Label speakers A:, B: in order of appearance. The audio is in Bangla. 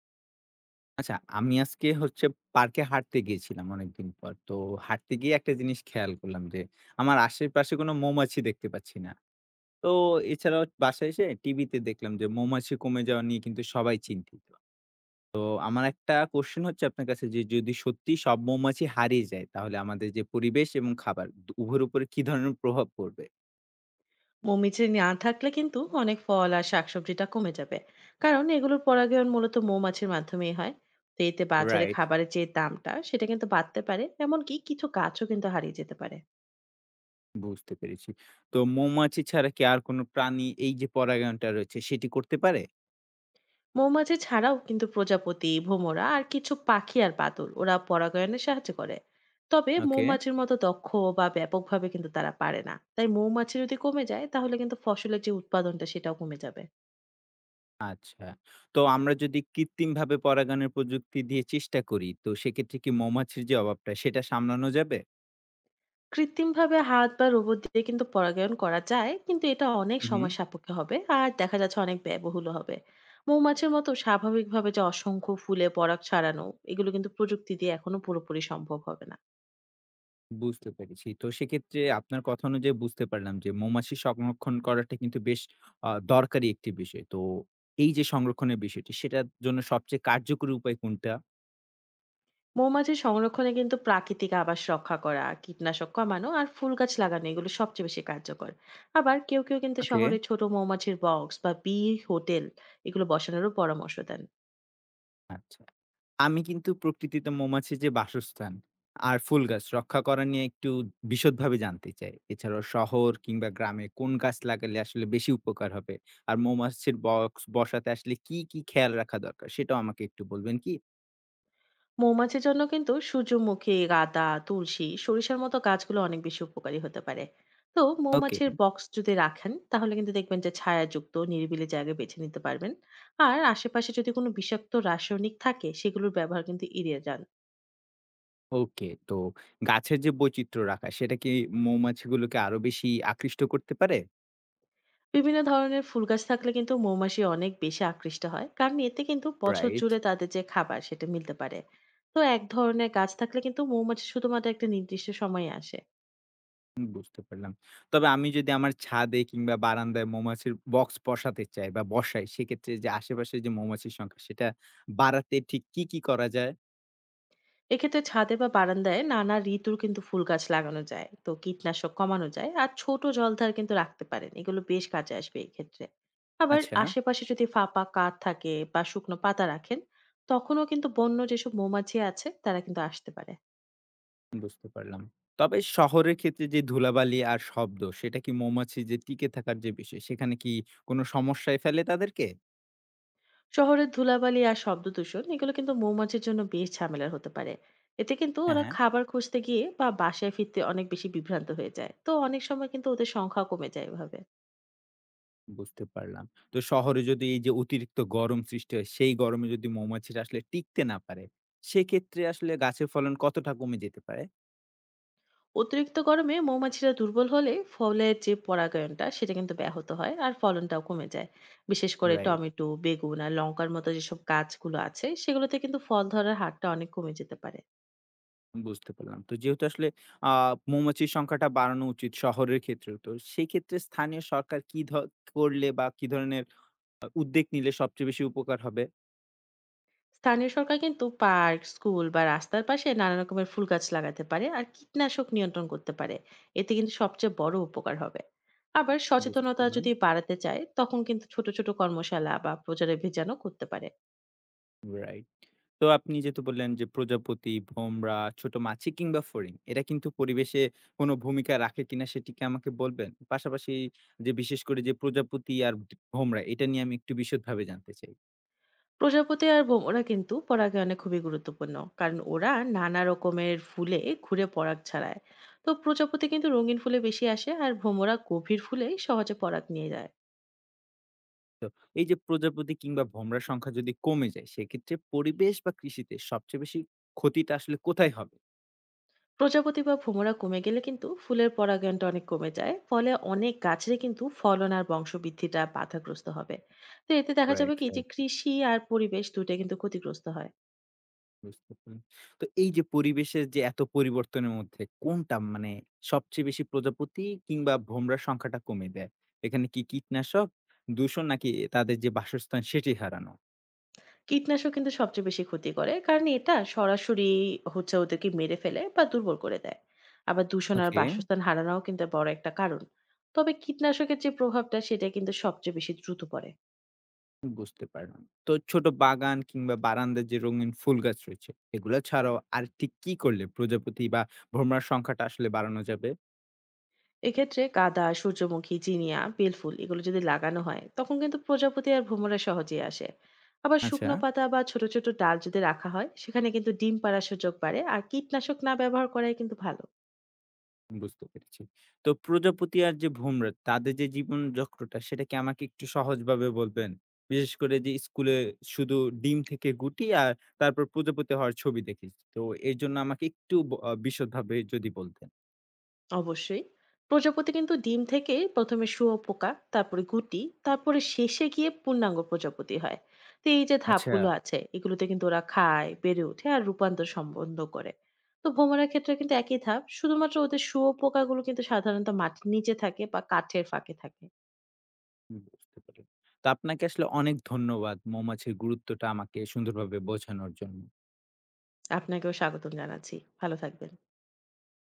A: আচ্ছা, আমি আজকে পার্কে হাঁটতে গিয়েছিলাম অনেকদিন পর। তো হাঁটতে গিয়ে একটা জিনিস খেয়াল করলাম যে, আমার আশেপাশে কোনো মৌমাছি দেখতে পাচ্ছি না। তো এছাড়াও বাসায় এসে টিভিতে দেখলাম যে মৌমাছি কমে যাওয়া নিয়ে কিন্তু সবাই চিন্তিত। তো আমার একটা কোয়েশ্চেন হচ্ছে আপনার কাছে যে, যদি সত্যি সব মৌমাছি হারিয়ে যায়, তাহলে আমাদের যে পরিবেশ এবং খাবার দু উভয়ের উপরে কি ধরনের প্রভাব পড়বে?
B: মৌমাছি না থাকলে কিন্তু অনেক ফল আর শাকসবজিটা কমে যাবে, কারণ এগুলোর পরাগায়ন মূলত মৌমাছির মাধ্যমেই হয়। তো এতে বাজারে
A: রাইট,
B: খাবারের যে দামটা সেটা কিন্তু বাড়তে পারে, এমনকি কিছু গাছও কিন্তু হারিয়ে যেতে পারে।
A: বুঝতে পেরেছি। তো মৌমাছি ছাড়া কি আর কোনো প্রাণী এই যে পরাগায়নটা রয়েছে, সেটি করতে পারে?
B: মৌমাছি ছাড়াও কিন্তু প্রজাপতি, ভোমরা আর কিছু পাখি আর বাদুড় ওরা পরাগায়নে সাহায্য করে। তবে
A: ওকে।
B: মৌমাছির মতো দক্ষ বা ব্যাপকভাবে কিন্তু তারা পারে না, তাই মৌমাছি যদি কমে যায় তাহলে কিন্তু ফসলের যে উৎপাদনটা সেটাও কমে যাবে।
A: আচ্ছা। তো আমরা যদি কৃত্রিমভাবে পরাগানের প্রযুক্তি দিয়ে চেষ্টা করি, তো সেক্ষেত্রে কি মৌমাছির যে অভাবটা সেটা সামলানো যাবে?
B: কৃত্রিমভাবে হাত বা রোবট দিয়ে কিন্তু পরাগায়ন করা যায়, কিন্তু এটা অনেক
A: হুম, হুম।
B: সময় সাপেক্ষ হবে আর দেখা যাচ্ছে অনেক ব্যয়বহুল হবে। মৌমাছির মতো স্বাভাবিকভাবে যে অসংখ্য ফুলে পরাগ ছাড়ানো, এগুলো কিন্তু প্রযুক্তি দিয়ে এখনো পুরোপুরি সম্ভব হবে না।
A: বুঝতে পেরেছি। তো সেক্ষেত্রে আপনার কথা অনুযায়ী বুঝতে পারলাম যে মৌমাছি সংরক্ষণ করাটা কিন্তু বেশ দরকারি একটি বিষয়। তো এই যে সংরক্ষণের বিষয়টি সেটার জন্য সবচেয়ে কার্যকরী উপায় কোনটা?
B: মৌমাছির সংরক্ষণে কিন্তু প্রাকৃতিক আবাস রক্ষা করা, কীটনাশক কমানো আর ফুল গাছ লাগানো এগুলো সবচেয়ে বেশি কার্যকর। আবার কেউ কেউ কিন্তু
A: ওকে।
B: শহরে ছোট মৌমাছির বক্স বা হোটেল, এগুলো বসানোরও পরামর্শ দেন।
A: আচ্ছা। আমি কিন্তু প্রকৃতিতে মৌমাছির যে বাসস্থান আর ফুল গাছ রক্ষা করা নিয়ে একটু বিশদভাবে জানতে চাই, এছাড়াও শহর কিংবা গ্রামে কোন গাছ লাগালে আসলে বেশি উপকার হবে আর মৌমাছির বক্স বসাতে আসলে কি কি খেয়াল রাখা দরকার সেটাও আমাকে একটু বলবেন কি?
B: মৌমাছির জন্য কিন্তু সূর্যমুখী, গাঁদা, তুলসী, সরিষার মতো গাছগুলো অনেক বেশি উপকারী হতে পারে। তো
A: ওকে।
B: মৌমাছির বক্স যদি রাখেন তাহলে কিন্তু দেখবেন যে ছায়াযুক্ত নিরিবিলি জায়গা বেছে নিতে পারবেন। আর আশেপাশে যদি কোনো বিষাক্ত রাসায়নিক থাকে সেগুলোর ব্যবহার কিন্তু এড়িয়ে যান।
A: ওকে, তো গাছের যে বৈচিত্র্য রাখা সেটা কি মৌমাছিগুলোকে আরো বেশি আকৃষ্ট করতে পারে?
B: বিভিন্ন ধরনের ফুল গাছ থাকলে কিন্তু মৌমাছি অনেক বেশি আকৃষ্ট হয়, কারণ এতে কিন্তু বছর
A: রাইট।
B: জুড়ে তাদের যে খাবার সেটা মিলতে পারে। তো এক ধরনের গাছ থাকলে কিন্তু মৌমাছি শুধুমাত্র একটা নির্দিষ্ট সময়ে আসে।
A: হুম, বুঝতে পারলাম। তবে আমি যদি আমার ছাদে কিংবা বারান্দায় মৌমাছির বক্স বসাতে চাই বা বসাই, সেক্ষেত্রে যে আশেপাশে যে মৌমাছির সংখ্যা সেটা বাড়াতে ঠিক কি, কি করা যায়?
B: এক্ষেত্রে ছাদে বা বারান্দায় নানা ঋতুর কিন্তু ফুল গাছ লাগানো যায়, তো কীটনাশক কমানো যায় আর ছোট জলধার কিন্তু রাখতে পারেন, এগুলো বেশ কাজে আসবে এই ক্ষেত্রে। আবার
A: আচ্ছা,
B: আশেপাশে যদি ফাঁপা কাঠ থাকে বা শুকনো পাতা রাখেন, তখনও কিন্তু বন্য যেসব মৌমাছি আছে তারা কিন্তু আসতে পারে।
A: বুঝতে পারলাম। তবে শহরের ক্ষেত্রে যে ধুলাবালি আর শব্দ, সেটা কি মৌমাছি যে টিকে থাকার যে বিষয়, সেখানে কি কোনো সমস্যায় ফেলে তাদেরকে?
B: শহরের ধুলাবালি আর শব্দ দূষণ এগুলো কিন্তু মৌমাছির জন্য বেশ ঝামেলার হতে পারে। এতে কিন্তু
A: হ্যাঁ,
B: ওরা
A: হ্যাঁ,
B: খাবার খুঁজতে গিয়ে বা বাসায় ফিরতে অনেক বেশি বিভ্রান্ত হয়ে যায়, তো অনেক সময় কিন্তু ওদের সংখ্যা কমে যায় এভাবে।
A: বুঝতে পারলাম। তো শহরে যদি এই যে অতিরিক্ত গরম সৃষ্টি হয়, সেই গরমে যদি মৌমাছিরা আসলে টিকতে না পারে, সেক্ষেত্রে আসলে গাছের ফলন কতটা কমে যেতে পারে?
B: অতিরিক্ত গরমে মৌমাছিরা দুর্বল হলে ফলের যে পরাগায়নটা সেটা কিন্তু ব্যাহত হয় আর ফলনটাও কমে যায়। বিশেষ করে
A: রাইট।
B: টমেটো, বেগুন আর লঙ্কার মতো যেসব গাছগুলো আছে সেগুলোতে কিন্তু ফল ধরার হারটা অনেক কমে যেতে পারে।
A: বুঝতে পারলাম। তো যেহেতু আসলে আ মৌমাছির সংখ্যাটা বাড়ানো উচিত শহরের ক্ষেত্রেও। তো সেক্ষেত্রে স্থানীয় সরকার কি ধ করলে বা কি ধরনের উদ্যোগ নিলে সবচেয়ে বেশি উপকার হবে?
B: স্থানীয় সরকার কিন্তু পার্ক, স্কুল বা রাস্তার পাশে নানা রকমের ফুল গাছ লাগাতে পারে আর কীটনাশক নিয়ন্ত্রণ করতে পারে। এতে কিন্তু সবচেয়ে বড় উপকার হবে। আবার
A: বুঝতে
B: সচেতনতা
A: পারলাম।
B: যদি বাড়াতে চায় তখন কিন্তু ছোট ছোট কর্মশালা বা প্রচারে ভেজানো করতে পারে।
A: রাইট। তো আপনি যেহেতু বললেন যে প্রজাপতি, ভোমরা, ছোট মাছি কিংবা ফড়িং এরা কিন্তু পরিবেশে কোন ভূমিকা রাখে কিনা সেটি কি আমাকে বলবেন? পাশাপাশি যে বিশেষ করে যে প্রজাপতি আর ভোমরা এটা নিয়ে আমি একটু বিশদভাবে জানতে চাই।
B: প্রজাপতি আর ভোমরা কিন্তু পরাগায়নে খুবই গুরুত্বপূর্ণ, কারণ ওরা নানা রকমের ফুলে ঘুরে পরাগ ছাড়ায়। তো প্রজাপতি কিন্তু রঙিন ফুলে বেশি আসে আর ভোমরা গভীর ফুলে সহজে পরাগ নিয়ে যায়।
A: তো এই যে প্রজাপতি কিংবা ভোমরার সংখ্যা যদি কমে যায় সেক্ষেত্রে পরিবেশ বা কৃষিতে সবচেয়ে বেশি ক্ষতিটা আসলে কোথায় হবে?
B: প্রজাপতি বা ভোমরা কমে গেলে কিন্তু ফুলের পরাগায়নটা অনেক কমে যায়, ফলে অনেক গাছের কিন্তু ফলন আর বংশবৃদ্ধিটা বাধাগ্রস্ত হবে। তো এতে দেখা যাবে
A: রাইট,
B: কি যে
A: রাইট,
B: কৃষি আর পরিবেশ দুটো কিন্তু ক্ষতিগ্রস্ত হয়।
A: বুঝতে পারলাম। তো এই যে পরিবেশের যে এত পরিবর্তনের মধ্যে কোনটা মানে সবচেয়ে বেশি প্রজাপতি কিংবা ভোমরার সংখ্যাটা কমে দেয়? এখানে কি কীটনাশক, দূষণ নাকি তাদের যে বাসস্থান সেটি হারানো?
B: কীটনাশক কিন্তু সবচেয়ে বেশি ক্ষতি করে, কারণ এটা সরাসরি হচ্ছে ওদেরকে মেরে ফেলে বা দুর্বল করে দেয়। আবার দূষণ আর
A: ওকে,
B: বাসস্থান হারানোও কিন্তু বড় একটা কারণ। তবে কীটনাশকের যে প্রভাবটা সেটা কিন্তু সবচেয়ে বেশি দ্রুত পড়ে।
A: বুঝতে পারলাম। তো ছোট বাগান কিংবা বারান্দার যে রঙিন ফুল গাছ রয়েছে এগুলো ছাড়াও আর ঠিক কি করলে প্রজাপতি বা ভোমরার সংখ্যাটা আসলে বাড়ানো যাবে?
B: এক্ষেত্রে কাদা, সূর্যমুখী, জিনিয়া, বেলফুল এগুলো যদি লাগানো হয় তখন কিন্তু প্রজাপতি আর ভ্রমরা সহজেই আসে। আবার
A: আচ্ছা,
B: শুকনো পাতা বা ছোট ছোট ডাল যদি রাখা হয় সেখানে কিন্তু ডিম পাড়ার সুযোগ বাড়ে, আর কীটনাশক না ব্যবহার করাই কিন্তু ভালো।
A: বুঝতে পেরেছি। তো প্রজাপতি আর যে ভোমরা তাদের যে জীবনচক্রটা সেটা কি আমাকে একটু সহজভাবে বলবেন? বিশেষ করে যে স্কুলে শুধু ডিম থেকে গুটি আর তারপর প্রজাপতি হওয়ার ছবি দেখেছি। তো এজন্য আমাকে একটু ব আ বিশদভাবে যদি বলতেন।
B: অবশ্যই। প্রজাপতি কিন্তু ডিম থেকে প্রথমে শুয়োপোকা, তারপরে গুটি, তারপরে শেষে গিয়ে পূর্ণাঙ্গ প্রজাপতি হয়। তো এই যে
A: আচ্ছা,
B: ধাপগুলো আছে এগুলোতে কিন্তু ওরা খায়, বেড়ে ওঠে আর রূপান্তর সম্বন্ধ করে। তো ভোমরার ক্ষেত্রে কিন্তু একই ধাপ, শুধুমাত্র ওদের শুয়োপোকাগুলো কিন্তু সাধারণত মাটির নিচে থাকে বা কাঠের ফাঁকে থাকে।
A: বুঝতে পারলাম। তো আপনাকে আসলে অনেক ধন্যবাদ মৌমাছির গুরুত্বটা আমাকে সুন্দরভাবে বোঝানোর জন্য।
B: আপনাকেও স্বাগতম জানাচ্ছি। ভালো থাকবেন।